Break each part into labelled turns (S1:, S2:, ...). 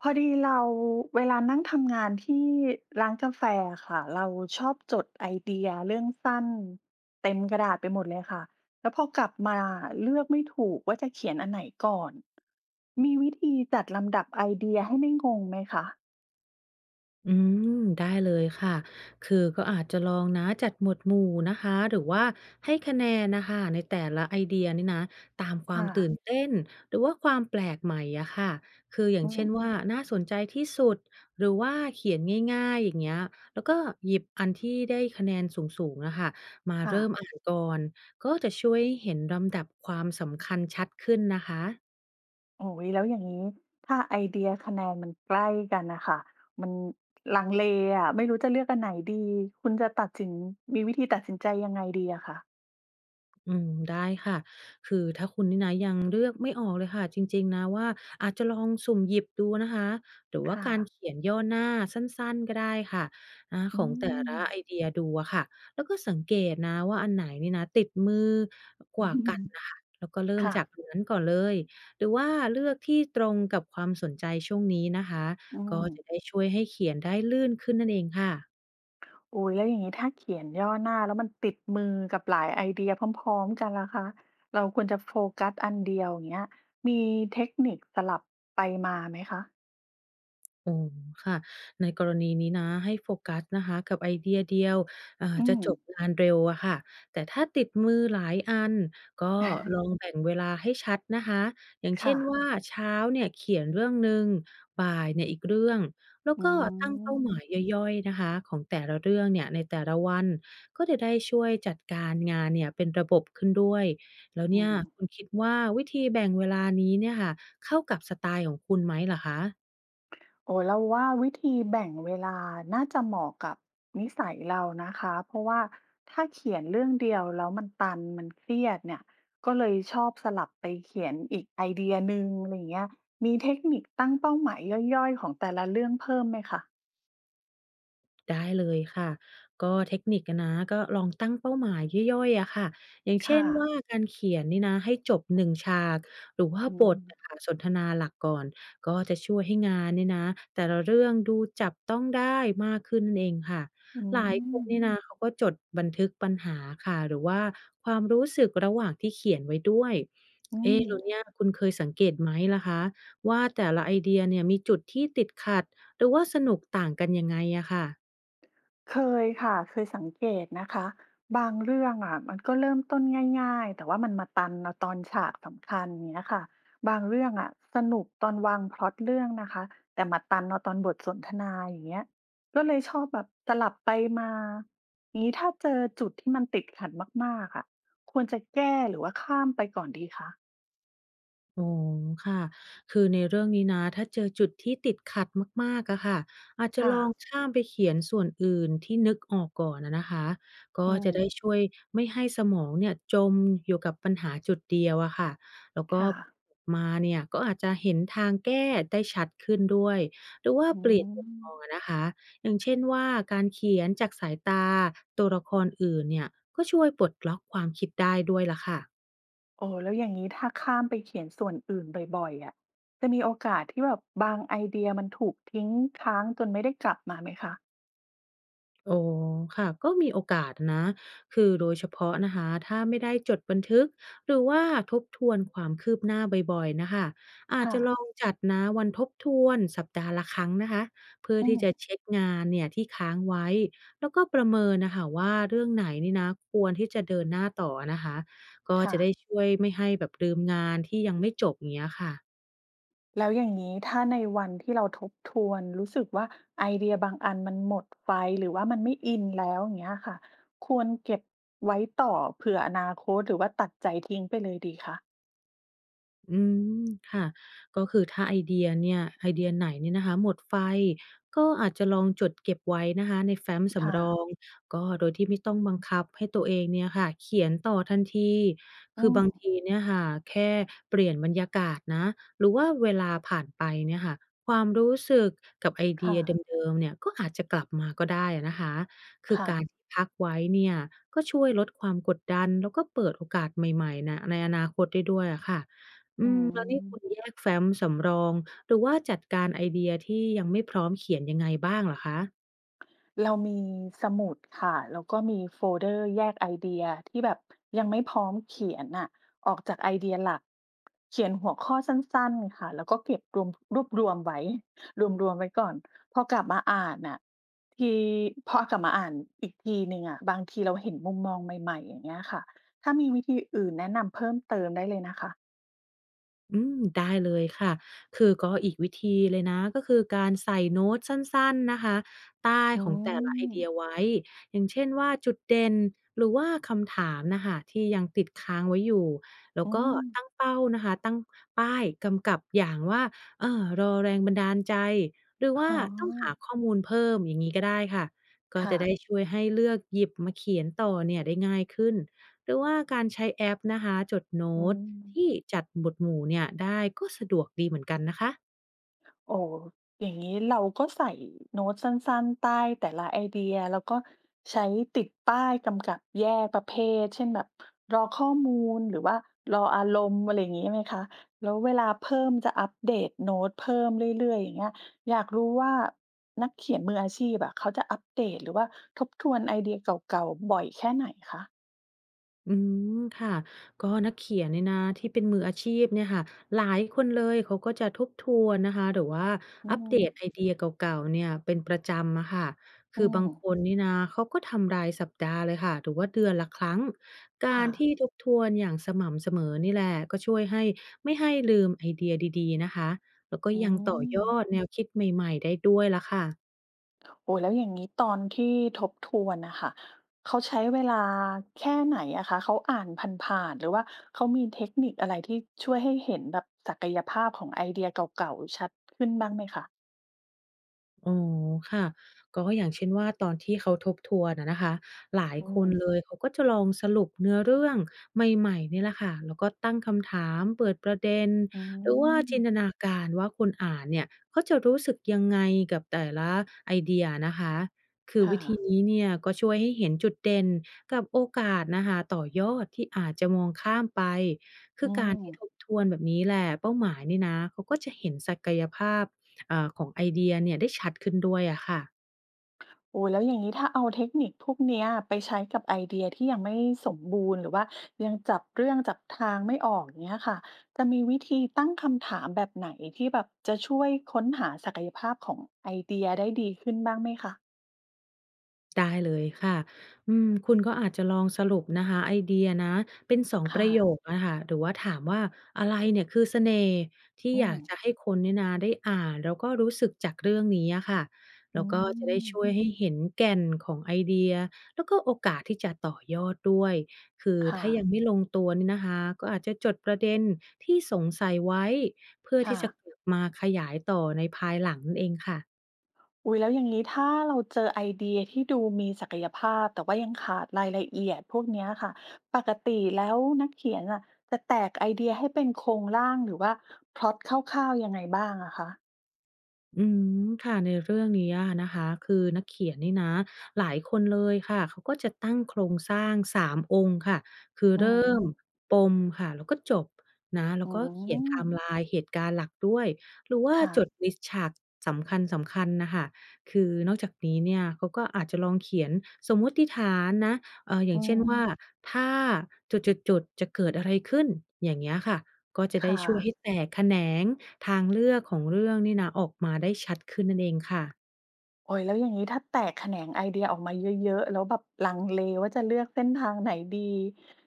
S1: พอดีเราเวลานั่งทำงานที่ร้านกาแฟค่ะเราชอบจดไอเดียเรื่องสั้นเต็มกระดาษไปหมดเลยค่ะแล้วพอกลับมาเลือกไม่ถูกว่าจะเขียนอันไหนก่อนมีวิธีจัดลำดับไอเดียให้ไม่งงไหมคะ
S2: อืมได้เลยค่ะคือก็อาจจะลองนะจัดหมวดหมู่นะคะหรือว่าให้คะแนนนะคะในแต่ละไอเดียนี่นะตามความ
S1: ค่ะ
S2: ตื่นเต้นหรือว่าความแปลกใหม่อะค่ะคืออย่าง
S1: อืม
S2: เช่นว่าน่าสนใจที่สุดหรือว่าเขียนง่ายๆอย่างเงี้ยแล้วก็หยิบอันที่ได้คะแนนสูงๆนะคะมา
S1: ค่ะ
S2: เริ่มอ่านก่อนก็จะช่วยให้เห็นลำดับความสำคัญชัดขึ้นนะคะ
S1: โอ้โฮแล้วอย่างนี้ถ้าไอเดียคะแนนมันใกล้กันนะคะมันลังเลอ่ะไม่รู้จะเลือกอันไหนดีคุณจะตัดสินมีวิธีตัดสินใจยังไงดีอะคะ
S2: อืมได้ค่ะคือถ้าคุณนี่นะยังเลือกไม่ออกเลยค่ะจริงๆนะว่าอาจจะลองสุ่มหยิบดูนะคะหรือว่า
S1: ค่ะ
S2: การเขียนย่อหน้าสั้นๆก็ได้ค่ะข
S1: อื
S2: องแต่
S1: ม
S2: ละไอเดียดูอะค่ะแล้วก็สังเกตนะว่าอันไหนนี่นะติดมือก
S1: อื
S2: ว่ากัน
S1: ม
S2: น่ะค่ะแล้วก็เริ่ม
S1: ค่ะ
S2: จากอันนั้นก่อนเลยหรือว่าเลือกที่ตรงกับความสนใจช่วงนี้นะคะ
S1: อื
S2: ก็
S1: ม
S2: จะได้ช่วยให้เขียนได้ลื่นขึ้นนั่นเองค่ะ
S1: อุ๊ยแล้วอย่างนี้ถ้าเขียนย่อหน้าแล้วมันติดมือกับหลายไอเดียพร้อมๆกันล่ะคะเราควรจะโฟกัสอันเดียวอย่างเงี้ยมีเทคนิคสลับไปมาไหมคะ
S2: อ๋อค่ะในกรณีนี้นะให้โฟกัสนะคะกับไอเดียเดียว
S1: อื
S2: จะ
S1: ม
S2: จบงานเร็วอะค่ะแต่ถ้าติดมือหลายอันก็ลองแบ่ งเวลาให้ชัดนะคะอย่างเช่
S1: ค่ะ
S2: นว่าเช้าเนี่ยเขียนเรื่องหนึ่งบ่ายเนี่ยอีกเรื่องแล้ว
S1: อื
S2: ก็ตั้งเป้าหมาย
S1: ม
S2: ย่อยๆนะคะของแต่ละเรื่องเนี่ยในแต่ละวันก็จะได้ช่วยจัดการงานเนี่ยเป็นระบบขึ้นด้วยแล้ว
S1: อื
S2: เนี่ย
S1: ม
S2: คุณคิดว่าวิธีแบ่งเวลานี้เนี่ยค่ะเข้ากับสไตล์ของคุณไหมเหรอคะ
S1: โอ้เราว่าวิธีแบ่งเวลาน่าจะเหมาะกับนิสัยเรานะคะเพราะว่าถ้าเขียนเรื่องเดียวแล้วมันตันมันเครียดเนี่ยก็เลยชอบสลับไปเขียนอีกไอเดียหนึ่งอะไรอย่างเงี้ยมีเทคนิคตั้งเป้าหมายย่อยๆของแต่ละเรื่องเพิ่มไหมคะ
S2: ได้เลยค่ะก็เทคนิคอะนะก็ลองตั้งเป้าหมายย่อยๆอะค่ะอย่างเช่น
S1: ค่ะ
S2: ว่าการเขียนนี่นะให้จบหนึ่งฉากหรือว่า
S1: อื
S2: บ
S1: ม
S2: ทอะค่ะสนทนาหลักก่อนก็จะช่วยให้งานเนี่ยนะแต่ละเรื่องดูจับต้องได้มากขึ้นนั่นเองค่ะ
S1: อื
S2: หลายคน
S1: ม
S2: เนี่ยนะเขาก็จดบันทึกปัญหาค่ะหรือว่าความรู้สึกระหว่างที่เขียนไว้ด้วย
S1: อื
S2: เอ๊ะ
S1: ม
S2: แล้วเนี่ยคุณเคยสังเกตไหมล่ะคะว่าแต่ละไอเดียเนี่ยมีจุดที่ติดขัดหรือว่าสนุกต่างกันยังไงอะค่ะ
S1: เคยค่ะเคยสังเกตนะคะบางเรื่องอะมันก็เริ่มต้นง่ายๆแต่ว่ามันมาตันเอาตอนฉากสำคัญเนี้ยค่ะบางเรื่องอะสนุกตอนวางพล็อตเรื่องนะคะแต่มาตันเอาตอนบทสนทนาอย่างเงี้ยก็เลยชอบแบบสลับไปมานี้ถ้าเจอจุดที่มันติดขัดมากๆอะควรจะแก้หรือว่าข้ามไปก่อนดีคะ
S2: อ๋อค่ะคือในเรื่องนี้นะถ้าเจอจุดที่ติดขัดมากๆอะค่ะอาจจะ
S1: ค่ะ
S2: ลองข้ามไปเขียนส่วนอื่นที่นึกออกก่อนอะนะคะก็
S1: อื
S2: จะ
S1: ม
S2: ได้ช่วยไม่ให้สมองเนี่ยจมอยู่กับปัญหาจุดเดียวอะค่ะแล้วก็
S1: ค่ะ
S2: มาเนี่ยก็อาจจะเห็นทางแก้ได้ชัดขึ้นด้วยหรือว่า
S1: อื
S2: เปลี่ยน
S1: ม
S2: มุมมองอะนะคะอย่างเช่นว่าการเขียนจากสายตาตัวละครอื่นเนี่ยก็ช่วยปลดล็อกความคิดได้ด้วยล่ะค่ะ
S1: โอ้แล้วอย่างนี้ถ้าข้ามไปเขียนส่วนอื่นบ่อยๆอะจะมีโอกาสที่แบบบางไอเดียมันถูกทิ้งค้างจนไม่ได้กลับมาไหมคะ
S2: โอ้ค่ะก็มีโอกาสนะ คือโดยเฉพาะนะคะถ้าไม่ได้จดบันทึก หรือว่าทบทวนความคืบหน้าบ่อยๆนะคะอาจ
S1: ค่ะ
S2: จะลองจัดนะวันทบทวนสัปดาห์ละครั้งนะคะเพื่อ
S1: อื
S2: ที่
S1: ม
S2: จะเช็กงานเนี่ยที่ค้างไว้ แล้วก็ประเมินนะคะว่าเรื่องไหนนี่นะควรที่จะเดินหน้าต่อนะคะก็
S1: ค่ะ
S2: จะได้ช่วยไม่ให้แบบลืมงานที่ยังไม่จบอย่างเงี้ยค่ะ
S1: แล้วอย่างนี้ถ้าในวันที่เราทบทวนรู้สึกว่าไอเดียบางอันมันหมดไฟหรือว่ามันไม่อินแล้วอย่างเงี้ยค่ะควรเก็บไว้ต่อเผื่ออนาคตหรือว่าตัดใจทิ้งไปเลยดีคะ
S2: อืมค่ะก็คือถ้าไอเดียเนี่ยไอเดียไหนเนี่ยนะคะหมดไฟก็อาจจะลองจดเก็บไว้นะคะในแฟ้มสำ
S1: ค่ะ
S2: รองก็โดยที่ไม่ต้องบังคับให้ตัวเองเนี่ยค่ะเขียนต่อทันที
S1: อื
S2: คือ
S1: ม
S2: บางทีเนี่ยค่ะแค่เปลี่ยนบรรยากาศนะหรือว่าเวลาผ่านไปเนี่ยค่ะความรู้สึกกับไอเดีย
S1: ค่ะ
S2: เดิมๆเนี่ยก็อาจจะกลับมาก็ได้อะนะคะคือ
S1: ค่ะ
S2: การที่พักไว้เนี่ยก็ช่วยลดความกดดันแล้วก็เปิดโอกาสใหม่ๆนะในอนาคตได้ด้วยอะค่ะ อื
S1: อื
S2: มแล้ว
S1: ม
S2: นี่คุณแยกแฟ้มสำรองหรือว่าจัดการไอเดียที่ยังไม่พร้อมเขียนยังไงบ้างเหรอคะ
S1: เรามีสมุดค่ะ แล้วก็มีโฟลเดอร์แยกไอเดียที่แบบยังไม่พร้อมเขียนน่ะออกจากไอเดียหลักเขียนหัวข้อสั้นๆค่ะแล้วก็เก็บรวมรวบรวมไว้รวมๆไว้ก่อนพอกลับมาอ่านน่ะทีพอกลับมาอ่านอีกทีหนึ่งอะบางทีเราเห็นมุมมองใหม่ๆอย่างเงี้ยค่ะถ้ามีวิธีอื่นแนะนำเพิ่มเติมได้เลยนะคะ
S2: อืมได้เลยค่ะคือก็อีกวิธีเลยนะก็คือการใส่โน้ตสั้นๆนะคะใต้
S1: อื
S2: ของแต่ละไอ
S1: ม
S2: เดียไว้อย่างเช่นว่าจุดเด่นหรือว่าคำถามน่ะค่ะที่ยังติดค้างไว้อยู่แล้ว
S1: อื
S2: ก็
S1: ม
S2: ตั้งเป้านะคะตั้งป้ายกำกับอย่างว่ารอแรงบันดาลใจหรือว่า
S1: อ๋อ
S2: ต้องหาข้อมูลเพิ่มอย่างงี้ก็ได้ค่ะก็จะ
S1: ค่ะ
S2: ได้ช่วยให้เลือกหยิบมาเขียนต่อเนี่ยได้ง่ายขึ้นหรือว่าการใช้แอปนะคะจดโน้
S1: อื
S2: ต
S1: ม
S2: ที่จัดหมวดหมู่เนี่ยได้ก็สะดวกดีเหมือนกันนะคะ
S1: โอ้อย่างนี้เราก็ใส่โน้ตสั้นๆใต้แต่ละไอเดียแล้วก็ใช้ติดป้ายกำกับแยกประเภทเช่นแบบรอข้อมูลหรือว่ารออารมณ์อะไรอย่างงี้ไหมคะแล้วเวลาเพิ่มจะอัปเดตโน้ตเพิ่มเรื่อยๆอย่างเงี้ยอยากรู้ว่านักเขียนมืออาชีพอะเขาจะอัปเดตหรือว่าทบทวนไอเดียเก่าๆบ่อยแค่ไหนคะ
S2: อืมค่ะก็นักเขียนเนี่ยนะที่เป็นมืออาชีพเนี่ยค่ะหลายคนเลยเขาก็จะทบทวนนะคะหรือว่า
S1: อื
S2: อัปเด
S1: ม
S2: ตไอเดียเก่าๆเนี่ยเป็นประจำอะค่ะคื
S1: อื
S2: อบา
S1: ม
S2: งคนนี่นะเขาก็ทำรายสัปดาห์เลยค่ะหรือว่าเดือนละครั้งการ
S1: ค่ะ
S2: ที่ทบทวนอย่างสม่ำเสมอนี่แหละก็ช่วยให้ไม่ให้ลืมไอเดียดีๆนะคะแล้วก็
S1: อื
S2: ยังต่อ
S1: ม
S2: ยอดแนวคิดใหม่ๆได้ด้วยละค่ะ
S1: โอ้ยแล้วอย่างนี้ตอนที่ทบทวนนะคะเขาใช้เวลาแค่ไหนอะคะเขาอ่านผ่านๆหรือว่าเขามีเทคนิคอะไรที่ช่วยให้เห็นแบบศักยภาพของไอเดียเก่าๆชัดขึ้นบ้างไหมคะ
S2: อ๋อค่ะก็อย่างเช่นว่าตอนที่เขาทบทวนอะนะคะหลาย
S1: อื
S2: ค
S1: ม
S2: นเลยเขาก็จะลองสรุปเนื้อเรื่องใหม่ๆเนี่ยแหละค่ะแล้วก็ตั้งคำถามเปิดประเด็น
S1: อื
S2: หรือว่าจินต
S1: ม
S2: นาการว่าคนอ่านเนี่ยเขาจะรู้สึกยังไงกับแต่ละไอเดียนะคะคือ
S1: ค่ะ
S2: วิธีนี้เนี่ยก็ช่วยให้เห็นจุดเด่นกับโอกาสนะคะต่อยอดที่อาจจะมองข้ามไปคื
S1: อื
S2: อการ
S1: ม
S2: ที่ทบทวนแบบนี้แหละเป้าหมายนี่นะเขาก็จะเห็นศักยภาพ ของไอเดียเนี่ยได้ชัดขึ้นด้วยอะค่ะ
S1: โอ้ยแล้วอย่างนี้ถ้าเอาเทคนิคพวกเนี้ยไปใช้กับไอเดียที่ยังไม่สมบูรณ์หรือว่ายังจับเรื่องจับทางไม่ออกอย่างเนี้ยค่ะจะมีวิธีตั้งคำถามแบบไหนที่แบบจะช่วยค้นหาศักยภาพของไอเดียได้ดีขึ้นบ้างไหมคะ
S2: ได้เลยค่ะอืมคุณก็อาจจะลองสรุปนะคะไอเดียนะเป็น2ป
S1: ค่ะ
S2: ระโยคอะค่ะหรือว่าถามว่าอะไรเนี่ยคือเสน่ห์ที่
S1: อื
S2: อยา
S1: ม
S2: กจะให้คนเนี่ยนะได้อ่านแล้วก็รู้สึกจากเรื่องนี้อะค่ะแล้
S1: อื
S2: วก็จะได้
S1: ม
S2: ช่วยให้เห็นแก่นของไอเดียแล้วก็โอกาสที่จะต่อยอดด้วยคือ
S1: ค่ะ
S2: ถ้ายังไม่ลงตัวเนี่ยนะคะก็อาจจะจดประเด็นที่สงสัยไว้เพื่อที่
S1: ค่ะ
S2: จะกลับมาขยายต่อในภายหลังนั่นเองค่ะ
S1: อุ๊ยแล้วอย่างนี้ถ้าเราเจอไอเดียที่ดูมีศักยภาพแต่ว่ายังขาดรายละเอียดพวกเนี้ยค่ะปกติแล้วนักเขียนอ่ะจะแตกไอเดียให้เป็นโครงร่างหรือว่าพล็อตคร่าวๆยังไงบ้างอะคะ
S2: อืมค่ะในเรื่องนี้อะนะคะคือนักเขียนนี่นะหลายคนเลยค่ะเขาก็จะตั้งโครงสร้าง3องค์ค่ะคือ
S1: อื
S2: เริ่
S1: ม
S2: มปมค่ะแล้วก็จบนะแล้ว
S1: อื
S2: ก็เขียนไท
S1: ม
S2: ม์ไลน์เหตุการณ์หลักด้วยหรือว่า
S1: ค่ะ
S2: จดลิสต์ฉากสำคัญๆนะคะคือนอกจากนี้เนี่ยเขาก็อาจจะลองเขียนสมมติฐานนะอย่าง
S1: อื
S2: เช่น
S1: ม
S2: ว่าถ้าจุดๆๆจะเกิดอะไรขึ้นอย่างเงี้ยค่ะก็จะได้
S1: ค่ะ
S2: ช่วยให้แตกแขนง ทางเลือกของเรื่องนี่นะออกมาได้ชัดขึ้นนั่นเองค่ะ
S1: โอ๊ยแล้วอย่างนี้ถ้าแตกแขนงไอเดียออกมาเยอะๆแล้วแบบลังเลว่าจะเลือกเส้นทางไหนดี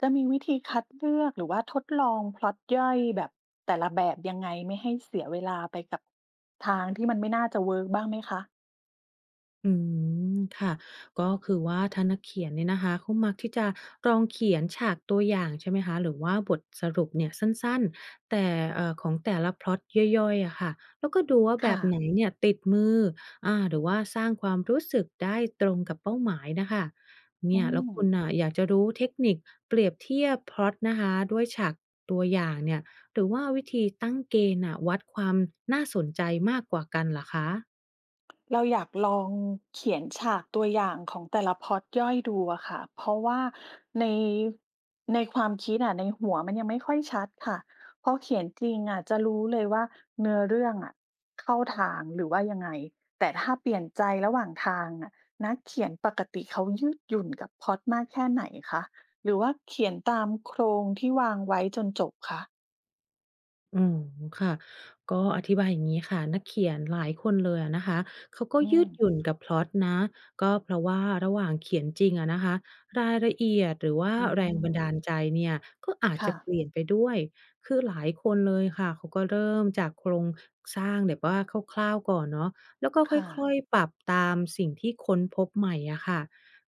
S1: จะมีวิธีคัดเลือกหรือว่าทดลองพล็อตย่อยแบบแต่ละแบบยังไงไม่ให้เสียเวลาไปกับทางที่มันไม่น่าจะเวิร์กบ้างไหมคะ
S2: อืมค่ะก็คือว่าถ้านักเขียนเนี่ยนะคะเขามักที่จะลองเขียนฉากตัวอย่างใช่ไหมคะหรือว่าบทสรุปเนี่ยสั้นๆแต่ของแต่ละพล็อตย่อยๆอะค่ะแล้วก็ดูว่าแบบ
S1: ค่ะ
S2: ไหนเนี่ยติดมืออาหรือว่าสร้างความรู้สึกได้ตรงกับเป้าหมายนะคะเนี่
S1: อื
S2: ยแล้ว
S1: ม
S2: คุณน่ะอยากจะรู้เทคนิคเปรียบเทียบพล็อตนะคะด้วยฉากตัวอย่างเนี่ยหรือว่าวิธีตั้งเกณฑ์นะวัดความน่าสนใจมากกว่ากันเหรอคะ
S1: เราอยากลองเขียนฉากตัวอย่างของแต่ละพล็อตย่อยดูอะค่ะเพราะว่าในในความคิดอะในหัวมันยังไม่ค่อยชัดค่ะพอเขียนจริงอะจะรู้เลยว่าเนื้อเรื่องอะเข้าทางหรือว่ายังไงแต่ถ้าเปลี่ยนใจระหว่างทางอะนักเขียนปกติเขายืดหยุ่นกับพล็อตมากแค่ไหนคะหรือว่าเขียนตามโครงที่วางไว้จนจบคะ
S2: อืมค่ะก็อธิบายอย่างนี้ค่ะนักเขียนหลายคนเลยอะนะคะเขาก็
S1: อื
S2: ยื
S1: ม
S2: ดหยุ่นกับพล็อตนะก็เพราะว่าระหว่างเขียนจริงอะนะคะรายละเอียดหรือว่า
S1: อื
S2: แรง
S1: ม
S2: บันดาลใจเนี่ยก็อาจจะ
S1: ค่ะ
S2: เปลี่ยนไปด้วยคือหลายคนเลยค่ะเขาก็เริ่มจากโครงสร้างแบบว่าคร่าวๆก่อนเนาะแล้วก็
S1: ค่ะ
S2: ค่อยๆปรับตามสิ่งที่ค้นพบใหม่อะค่ะ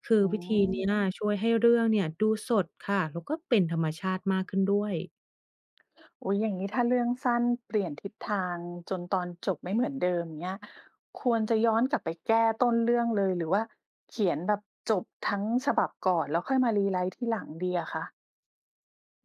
S2: คือ
S1: อื
S2: วิธี
S1: ม
S2: เนี้ยช่วยให้เรื่องเนี่ยดูสดค่ะแล้วก็เป็นธรรมชาติมากขึ้นด้วย
S1: อุ๊ยอย่างนี้ถ้าเรื่องสั้นเปลี่ยนทิศทางจนตอนจบไม่เหมือนเดิมเนี้ยควรจะย้อนกลับไปแก้ต้นเรื่องเลยหรือว่าเขียนแบบจบทั้งฉบับก่อนแล้วค่อยมารีไล i ์ทีหลังดีอะคะ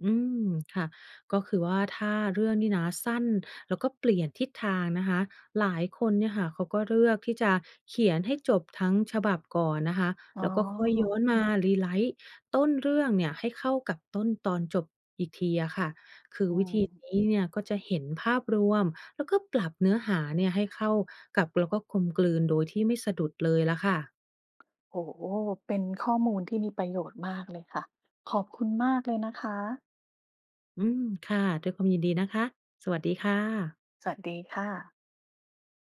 S2: อืมค่ะก็คือว่าถ้าเรื่องนี่นะสั้นแล้วก็เปลี่ยนทิศทางนะคะหลายคนเนี่ยค่ะเขาก็เลือกที่จะเขียนให้จบทั้งฉบับก่อนนะคะ
S1: อ๋อ
S2: แล้วก็ค่อยย้อนมารีไ r i ์ต้นเรื่องเนี่ยให้เข้ากับต้นตอนจบอีกทีอะค่ะคือ
S1: อื
S2: วิ
S1: ม
S2: ธีนี้เนี่ยก็จะเห็นภาพรวมแล้วก็ปรับเนื้อหาเนี่ยให้เข้ากับแล้วก็กลมกลืนโดยที่ไม่สะดุดเลยละค่ะ
S1: โอ้โฮเป็นข้อมูลที่มีประโยชน์มากเลยค่ะขอบคุณมากเลยนะคะ
S2: อืมค่ะด้วยความยินดีนะคะสวัสดีค่ะ
S1: สวัสดีค่ะ